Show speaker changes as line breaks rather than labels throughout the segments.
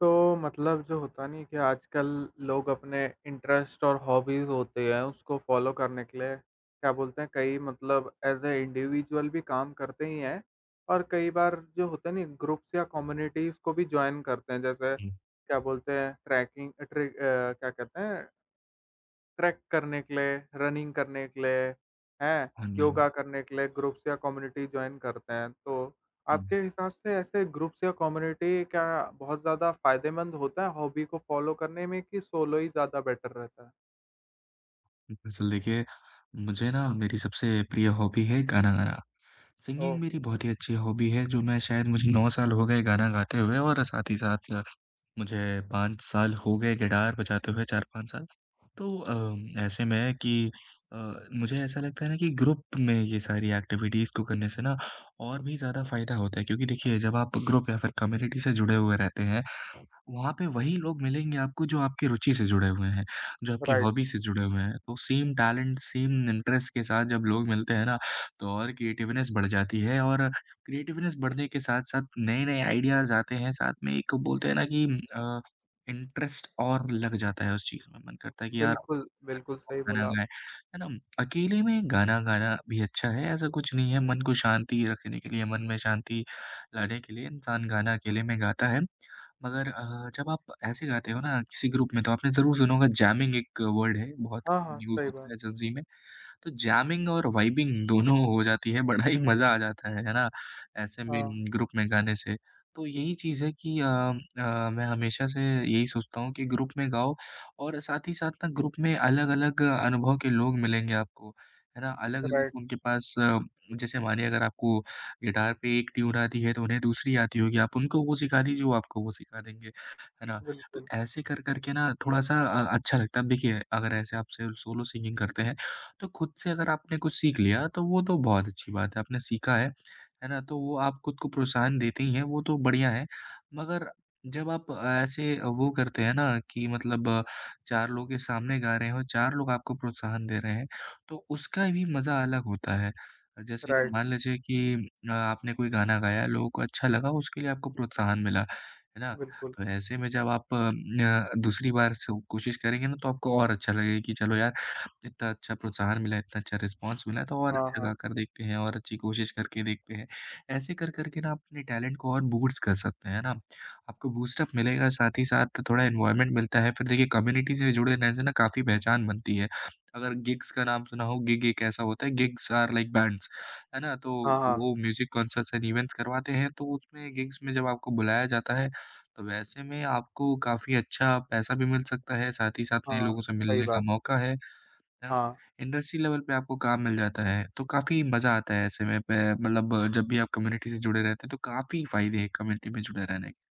तो मतलब जो होता नहीं है कि आजकल लोग अपने इंटरेस्ट और हॉबीज़ होते हैं, उसको फ़ॉलो करने के लिए क्या बोलते हैं कई मतलब एज़ अ इंडिविजुअल भी काम करते ही हैं और कई बार जो होता नहीं ग्रुप्स या कम्युनिटीज़ को भी जॉइन करते हैं। जैसे
हुँ।
क्या बोलते हैं ट्रैकिंग क्या कहते हैं ट्रैक करने के लिए, रनिंग करने के लिए, हैं?
हाँ जी।
योगा करने के लिए ग्रुप्स या कम्युनिटी जॉइन करते हैं। तो
हुँ,
आपके हिसाब से ऐसे ग्रुप्स या कम्युनिटी क्या बहुत ज़्यादा फ़ायदेमंद होता है हॉबी को फ़ॉलो करने में कि सोलो ही ज़्यादा बेटर रहता है?
दरअसल देखिए, मुझे ना मेरी सबसे प्रिय हॉबी है गाना गाना।
ओह!
सिंगिंग मेरी बहुत ही अच्छी हॉबी है जो मैं शायद मुझे 9 साल हो गए गाना गाते हुए और साथ ही साथ मुझे 5 साल हो गए गिटार बजाते हुए 4-5 साल। तो ऐसे में कि अ, मुझे ऐसा लगता है ना कि ग्रुप में ये सारी एक्टिविटीज़ को करने से ना और भी ज़्यादा फ़ायदा होता है क्योंकि देखिए जब आप ग्रुप या फिर कम्युनिटी से जुड़े हुए रहते हैं, वहाँ पे वही लोग मिलेंगे आपको जो आपकी रुचि से जुड़े हुए हैं, जो आपकी
राइट।
हॉबी से जुड़े हुए हैं। तो सेम टैलेंट, सेम इंटरेस्ट के साथ जब लोग मिलते हैं ना, तो और क्रिएटिवनेस बढ़ जाती है और क्रिएटिवनेस बढ़ने के साथ-साथ नए-नए आइडियाज़ आते हैं, साथ में एक बोलते हैं ना कि अ, इंटरेस्ट और लग जाता है उस चीज़ में। मन करता है कि यार
बिल्कुल, बिल्कुल सही
गाना
बोला आप।
गाएँ, है ना? अकेले में गाना गाना भी अच्छा है, ऐसा कुछ नहीं है। मन को शांति रखने के लिए, मन में शांति लाने के लिए इंसान गाना अकेले में गाता है। मगर जब आप ऐसे गाते हो ना किसी ग्रुप में तो आपने ज़रूर सुना होगा जैमिंग एक वर्ड है, बहुत
हाँ, हाँ,
यूज़
सही
होता
बात।
है ज़ंज़ी में। तो जैमिंग और वाइबिंग दोनों हो जाती है, बड़ा ही मज़ा आ जाता है ना? ऐसे में
हाँ,
ग्रुप में गाने से। तो यही चीज़ है कि मैं हमेशा से यही सोचता हूँ कि ग्रुप में गाओ और साथ ही साथ ना ग्रुप में अलग-अलग अनुभव के लोग मिलेंगे आपको, है ना?
राइट,
अलग-अलग उनके पास जैसे मानिए अगर आपको गिटार पे एक ट्यून आती है तो उन्हें दूसरी आती होगी, आप उनको वो सिखा दीजिए, वो आपको वो सिखा देंगे, है ना? तो
बिल्कुल,
ऐसे कर-कर के ना थोड़ा-सा अच्छा लगता है। अब देखिए अगर ऐसे आप सिर्फ़ सोलो सिंगिंग करते हैं तो खुद से अगर आपने कुछ सीख लिया तो वो तो बहुत अच्छी बात है, आपने सीखा है ना? तो वो आप खुद को प्रोत्साहन देते ही हैं, वो तो बढ़िया है। मगर जब आप ऐसे वो करते हैं ना कि मतलब 4 लोगों के सामने गा रहे हो, 4 लोग आपको प्रोत्साहन दे रहे हैं, तो उसका भी मज़ा अलग होता है। जैसे
राइट,
मान लीजिए कि आपने कोई गाना गाया, लोगों को अच्छा लगा, उसके लिए आपको प्रोत्साहन मिला, है ना?
बिल्कुल।
तो ऐसे में जब आप दूसरी बार स कोशिश करेंगे ना तो आपको और अच्छा लगेगा कि चलो यार इतना अच्छा प्रोत्साहन मिला, इतना अच्छा रिस्पॉन्स मिला तो और
हाँ,
अच्छा
हाँ।
गाकर देखते हैं और अच्छी कोशिश करके देखते हैं। ऐसे कर कर के ना आप अपने टैलेंट को और बूस्ट कर सकते हैं, है ना? आपको बूस्टअप मिलेगा साथ ही साथ थोड़ा एनवायरनमेंट मिलता है। फिर देखिए कम्युनिटी से जुड़े रहने से ना काफ़ी पहचान बनती है। अगर गिग्स का नाम सुना हो, गिग एक ऐसा होता है गिग्स आर लाइक बैंड्स, है ना? तो
हाँ, हाँ,
वो म्यूज़िक कॉन्सर्ट्स एंड इवेंट्स करवाते हैं तो उसमें गिग्स में जब आपको बुलाया जाता है तो वैसे में आपको काफ़ी अच्छा पैसा भी मिल सकता है, साथ ही साथ नए
हाँ,
लोगों से
सही
मिलने का
बात।
मौका है। हाँ,
हाँ।
इंडस्ट्री लेवल पे आपको काम मिल जाता है, तो काफ़ी मज़ा आता है ऐसे में पे मतलब जब भी आप कम्युनिटी से जुड़े रहते हैं, तो काफ़ी फ़ायदे हैं कम्युनिटी में जुड़े रहने के।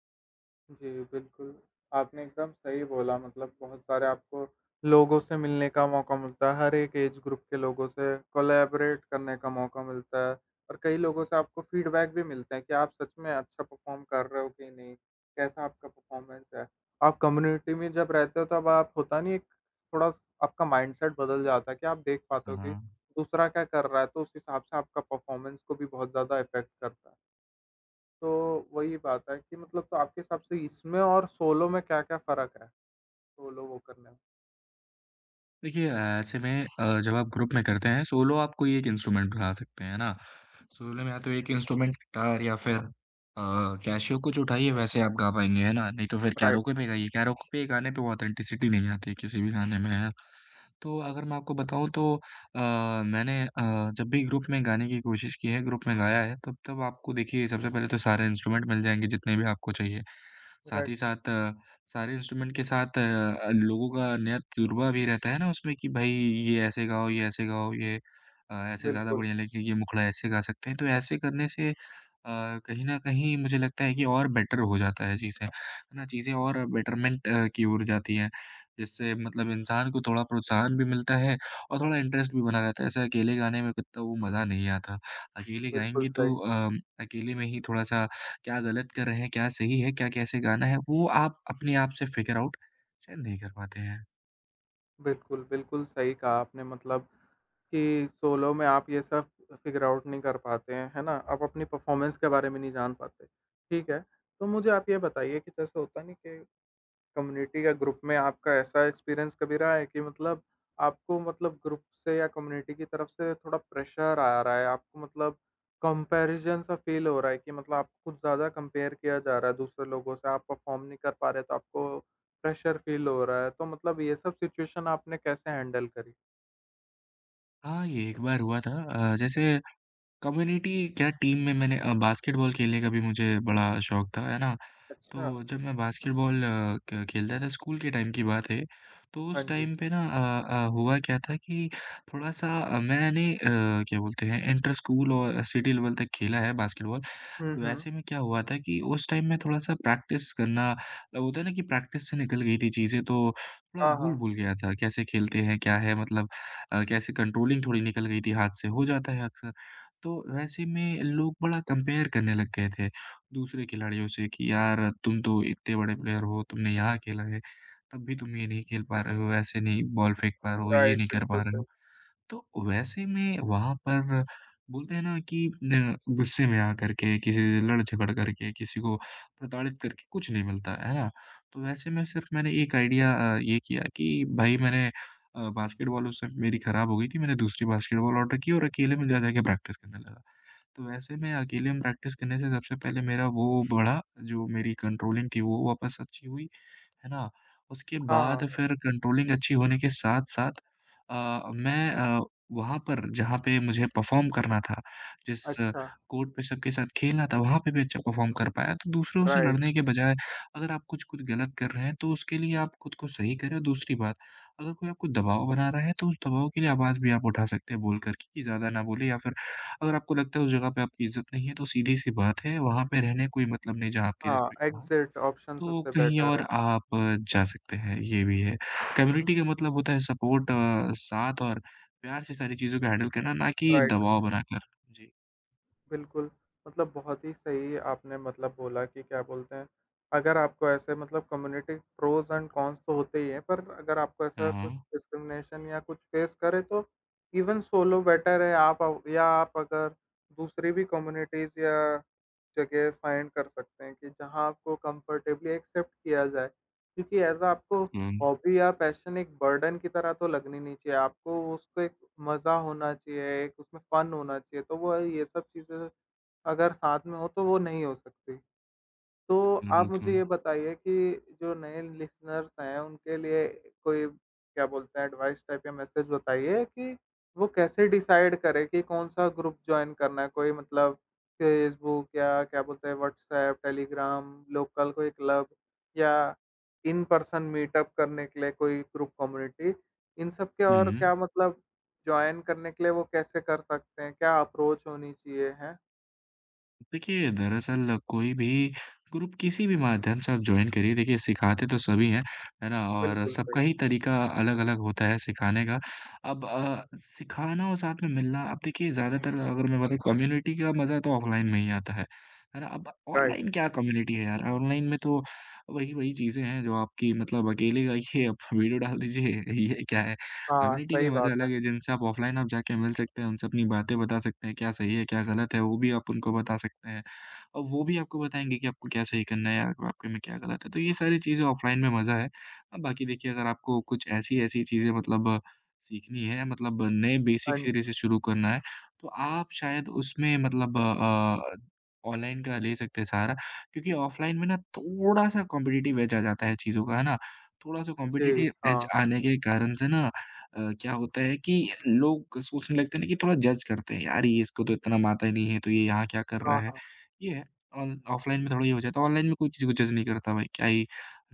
जी, बिल्कुल। आपने एकदम सही बोला मतलब बहुत सारे आपको लोगों से मिलने का मौका मिलता है, हर एक एज ग्रुप के लोगों से कोलैबोरेट करने का मौका मिलता है और कई लोगों से आपको फीडबैक भी मिलते हैं कि आप सच में अच्छा परफ़ॉर्म कर रहे हो कि नहीं, कैसा आपका परफ़ॉर्मेंस है। आप कम्युनिटी में जब रहते हो तब आप होता नहीं एक थोड़ा स आपका माइंडसेट बदल जाता है कि आप देख पाते हो कि
हाँ।
दूसरा क्या कर रहा है, तो उस हिसाब से आपका परफ़ॉर्मेंस को भी बहुत ज़्यादा इफ़ेक्ट करता है। तो वही बात है कि मतलब तो आपके हिसाब से इसमें और सोलो में क्या-क्या फ़र्क है? सोलो वो करने में?
देखिए, ऐसे में जब आप ग्रुप में करते हैं, सोलो आप कोई एक इंस्ट्रूमेंट उठा सकते हैं, है ना? सोलो में या तो एक इंस्ट्रूमेंट गिटार या फिर कैसियो कुछ उठाइए, वैसे आप गा पाएँगे, है ना? नहीं तो फिर
राइट,
कैरोके पे गाइए, कैरोके पे गाने पे वो ऑथेंटिसिटी नहीं आती है किसी भी गाने में, है। तो अगर मैं आपको बताऊँ तो अ, मैंने जब भी ग्रुप में गाने की कोशिश की है, ग्रुप में गाया है, तब तब आपको देखिए सबसे पहले तो सारे इंस्ट्रूमेंट मिल जाएँगे जितने भी आपको चाहिए। साथ
राइट।
ही साथ सारे इंस्ट्रूमेंट के साथ लोगों का नया तजुर्बा भी रहता है ना उसमें कि भाई ये ऐसे गाओ, ये ऐसे गाओ, ये ऐसे ज़्यादा
बिल्कुल,
बढ़िया लगेगी, ये मुखड़ा ऐसे गा सकते हैं। तो ऐसे करने से कहीं न कहीं मुझे लगता है कि और बेटर हो जाता है चीज़ें, है ना? चीज़ें और बेटरमेंट की ओर जाती हैं, जिससे मतलब इंसान को थोड़ा प्रोत्साहन भी मिलता है और थोड़ा इंटरेस्ट भी बना रहता है। ऐसे अकेले गाने में कितना वो मज़ा नहीं आता। अकेले
बिल्कुल
गाएँगे
सही।
तो अकेले में ही थोड़ा-सा क्या गलत कर रहे हैं, क्या सही है, क्या कैसे गाना है, वो आप अपने आप से फ़िगर आउट शायद नहीं कर पाते हैं।
बिल्कुल, बिल्कुल सही कहा आपने मतलब कि सोलो में आप ये सब फ़िगर आउट नहीं कर पाते हैं, है ना? आप अपनी परफ़ॉर्मेंस के बारे में नहीं जान पाते। ठीक है, तो मुझे आप ये बताइए कि जैसे होता नहीं कि कम्युनिटी या ग्रुप में आपका ऐसा एक्सपीरियंस कभी रहा है कि मतलब आपको मतलब ग्रुप से या कम्युनिटी की तरफ से थोड़ा प्रेशर आ रहा है, आपको मतलब कंपैरिज़न सा फ़ील हो रहा है कि मतलब आपको कुछ ज़्यादा कंपेयर किया जा रहा है दूसरे लोगों से, आप परफ़ॉर्म नहीं कर पा रहे तो आपको प्रेशर फ़ील हो रहा है, तो मतलब ये सब सिचुएशन आपने कैसे हैंडल करी?
हाँ, ये एक बार हुआ था जैसे कम्युनिटी क्या टीम में मैंने बास्केटबॉल खेलने का भी मुझे बड़ा शौक था, है ना?
अच्छा,
तो जब मैं बास्केटबॉल अ, क खेलता था स्कूल के टाइम की बात है, तो
हाँ
उस
जी।
टाइम पे ना हुआ क्या था कि थोड़ा-सा मैंने क्या बोलते हैं इंटर स्कूल और सिटी लेवल तक खेला है बास्केटबॉल।
हुँ, हुँ।
वैसे में क्या हुआ था कि उस टाइम में थोड़ा-सा प्रैक्टिस करना होता है ना कि प्रैक्टिस से निकल गई थी चीज़ें तो थोड़ा
हाँ, हाँ।
भूल-भूल गया था कैसे खेलते हैं, क्या है मतलब कैसे कंट्रोलिंग थोड़ी निकल गई थी हाथ से, हो जाता है अक्सर। तो वैसे में लोग बड़ा कंपेयर करने लग गए थे। दूसरे खिलाड़ियों से कि यार तुम तो इतने बड़े प्लेयर हो, तुमने यहाँ खेला है, तब भी तुम ये नहीं खेल पा रहे हो, ऐसे नहीं बॉल फेंक पा रहे हो, ये
राइट,
नहीं कर पा
बिल्कुल
रहे हो।
सही।
तो वैसे में वहाँ पर बोलते हैं ना कि न गुस्से में आकर के, किसी से लड़-झगड़ करके, किसी को प्रताड़ित करके कुछ नहीं मिलता, है ना? तो वैसे में सिर्फ मैंने एक आइडिया ये किया कि भाई मैंने बास्केटबॉल उस समय मेरी खराब हो गई थी, मैंने दूसरी बास्केटबॉल ऑर्डर की और अकेले में जा-जा के प्रैक्टिस करने लगा। तो ऐसे में अकेले में प्रैक्टिस करने से सबसे पहले मेरा वो बढ़ा, जो मेरी कंट्रोलिंग थी वो वापस अच्छी हुई। है ना? उसके
हाँ,
बाद
हाँ।
फिर कंट्रोलिंग अच्छी होने के साथ-साथ मैं वहाँ पर जहाँ पे मुझे परफ़ॉर्म करना था, जिस
अच्छा,
कोर्ट पे सबके साथ खेलना था, वहाँ पे भी अच्छा परफ़ॉर्म कर पाया। तो दूसरों से
राइट।
लड़ने के बजाय अगर आप कुछ-कुछ गलत कर रहे हैं, तो उसके लिए आप खुद को सही करें और दूसरी बात, अगर कोई आपको दबाव बना रहा है, तो उस दबाव के लिए आवाज़ भी आप उठा सकते हैं बोल कर के कि ज़्यादा ना बोलें या फिर अगर आपको लगता है उस जगह पे आपकी इज़्ज़त नहीं है, तो सीधी-सी बात है, वहाँ पे रहने कोई मतलब नहीं जहाँ आपकी
हाँ,
रिस्पेक्ट ना हो।
एग्ज़िट ऑप्शन
तो
सबसे
कहीं
बेटर
और
है। हाँ,
आप जा सकते हैं, ये भी है। कम्युनिटी का मतलब होता है सपोर्ट साथ और प्यार से सारी चीज़ों को हैंडल करना, ना कि
राइट।
दबाव बनाकर। जी।
बिल्कुल, मतलब बहुत ही सही आपने मतलब बोला कि क्या बोलते हैं, अगर आपको ऐसे मतलब कम्युनिटी प्रोज़ एंड कॉन्स तो होते ही हैं, पर अगर आपको
हाँ,
ऐसा कुछ
हाँ।
डिस्क्रिमिनेशन या कुछ फ़ेस करे तो इवन सोलो बेटर है आप अव या आप अगर दूसरी भी कम्युनिटीज़ या जगह फाइंड कर सकते हैं कि जहाँ आपको कंफर्टेबली एक्सेप्ट किया जाए। क्योंकि एज़ अ आपको
हुँ,
हॉबी या पैशन एक बर्डन की तरह तो लगनी नहीं चाहिए। आपको उसको एक मज़ा होना चाहिए, एक उसमें फ़न होना चाहिए। तो वो ये सब चीज़ें अगर साथ में हो तो वो नहीं हो सकती। तो
हुँ,
आप मुझे
बिल्कुल।
ये बताइए कि जो नए लिसनर्स हैं, उनके लिए कोई क्या बोलते हैं एडवाइस टाइप या मैसेज बताइए कि वो कैसे डिसाइड करें कि कौन-सा ग्रुप जॉइन करना है? कोई मतलब फ़ेसबुक या क्या बोलते हैं व्हाट्सऐप, टेलीग्राम, लोकल कोई क्लब या इन पर्सन मीटअप करने के लिए कोई ग्रुप कम्युनिटी, इन सब के और
हुँ।
क्या मतलब जॉइन करने के लिए वो कैसे कर सकते हैं? क्या अप्रोच होनी चाहिए? हैं?
देखिए, दरअसल कोई भी ग्रुप किसी भी माध्यम से आप जॉइन करिए, देखिए सिखाते तो सभी हैं, है ना? और
बिल्कुल सही,
सबका ही तरीका अलग-अलग होता है सिखाने का। अब सिखाना और साथ में मिलना, अब देखिए ज़्यादातर अगर मैं बताऊँ कम्युनिटी का मज़ा तो ऑफ़लाइन में ही आता है ना? अब
राइट।
ऑनलाइन क्या कम्युनिटी है यार, ऑनलाइन में तो वही-वही चीज़ें हैं जो आपकी मतलब अकेले जाइए, आप वीडियो डाल दीजिए, ये क्या है?
हाँ,
कम्युनिटी का
सही
मज़ा
बात है।
अलग है, जिनसे आप ऑफ़लाइन आप जाके मिल सकते हैं, उनसे अपनी बातें बता सकते हैं, क्या सही है, क्या गलत है, वो भी आप उनको बता सकते हैं। और वो भी आपको बताएँगे कि आपको क्या सही करना है या आपके में क्या गलत है, तो ये सारी चीज़ें ऑफ़लाइन में मज़ा है। बाकी देखिए अगर आपको कुछ ऐसी-ऐसी चीज़ें मतलब सीखनी है, मतलब नए
हाँ
बेसिक सिरे
जी।
से शुरू करना है, तो आप शायद उसमें मतलब ऑनलाइन का ले सकते हैं सहारा, क्योंकि ऑफ़लाइन में ना थोड़ा-सा कॉम्पिटिटिव एज आ जाता है चीज़ों का, है ना? थोड़ा-सा
जी,
कॉम्पिटिटिव एज
हाँ,
आने के कारण से ना क्या होता है कि लोग सोचने लगते हैं ना कि थोड़ा जज करते हैं, "यार ये इसको तो इतना म आता ही नहीं है, तो ये यहाँ क्या कर रहा
हाँ,
है?"
हाँ,
ये है, ऑन ऑफ़लाइन में थोड़ा ये हो जाता है, ऑनलाइन में कोई किसी को जज नहीं करता भाई, क्या ही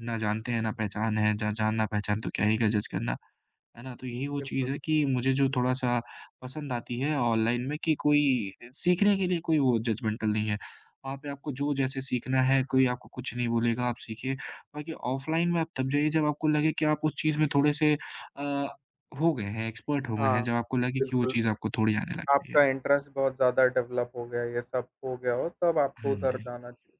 ना जानते हैं, ना पहचान है, ज जान ना पहचान तो क्या ही का जज करना। है ना? तो यही वो चीज़
बिल्कुल।
है कि मुझे जो थोड़ा-सा पसंद आती है ऑनलाइन में कि कोई सीखने के लिए कोई वो जजमेंटल नहीं है। वहाँ पे आपको जो जैसे सीखना है, कोई आपको कुछ नहीं बोलेगा, आप सीखिए। बाकी ऑफ़लाइन में आप तब जाइए जब आपको लगे कि आप उस चीज़ में थोड़े से अ, हो गए हैं, एक्सपर्ट हो गए हैं,
हाँ।
जब आपको लगे कि वो
बिल्कुल,
चीज़ आपको थोड़ी आने लग गई है।
आपका इंटरेस्ट बहुत ज़्यादा डेवलप हो गया, ये सब हो गया हो, तब आपको
हाँ
उधर
जी।
जाना चाहिए।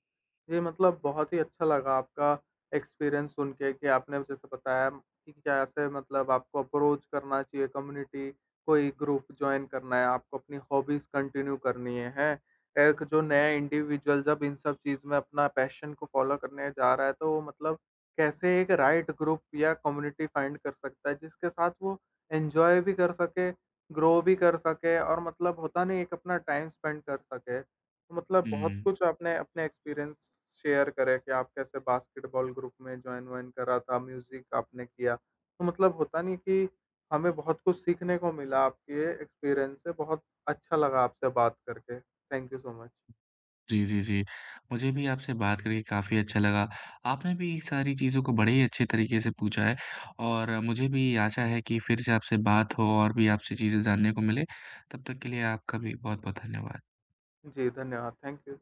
जी, मतलब बहुत ही अच्छा लगा आपका एक्सपीरियंस सुन के कि आपने जैसे बताया कि कैसे मतलब आपको अप्रोच करना चाहिए कम्युनिटी, कोई ग्रुप जॉइन करना है, आपको अपनी हॉबीज़ कंटिन्यू करनी है, हैं? एक जो नया इंडिविजुअल जब इन सब चीज़ में अपना पैशन को फ़ॉलो करने जा रहा है, तो वो मतलब कैसे एक राइट ग्रुप या कम्युनिटी फाइंड कर सकता है, जिसके साथ वो एन्जॉय भी कर सके, ग्रो भी कर सके और मतलब होता नहीं, एक अपना टाइम स्पेंड कर सके। तो मतलब बहुत
हुँ।
कुछ आपने अपने एक्सपीरियंस शेयर करे कि आप कैसे बास्केटबॉल ग्रुप में जॉइन वॉइन करा था, म्यूज़िक आपने किया। तो मतलब होता नहीं कि हमें बहुत कुछ सीखने को मिला आपके एक्सपीरियंस से, बहुत अच्छा लगा आपसे बात करके। Thank you so much.
जी, जी, जी। मुझे भी आपसे बात करके काफ़ी अच्छा लगा। आपने भी सारी चीज़ों को बड़े ही अच्छे तरीके से पूछा है और मुझे भी आशा है कि फिर से आपसे बात हो और भी आपसे चीज़ें जानने को मिले। तब तक के लिए आपका भी बहुत-बहुत धन्यवाद।
जी, धन्यवाद। Thank you.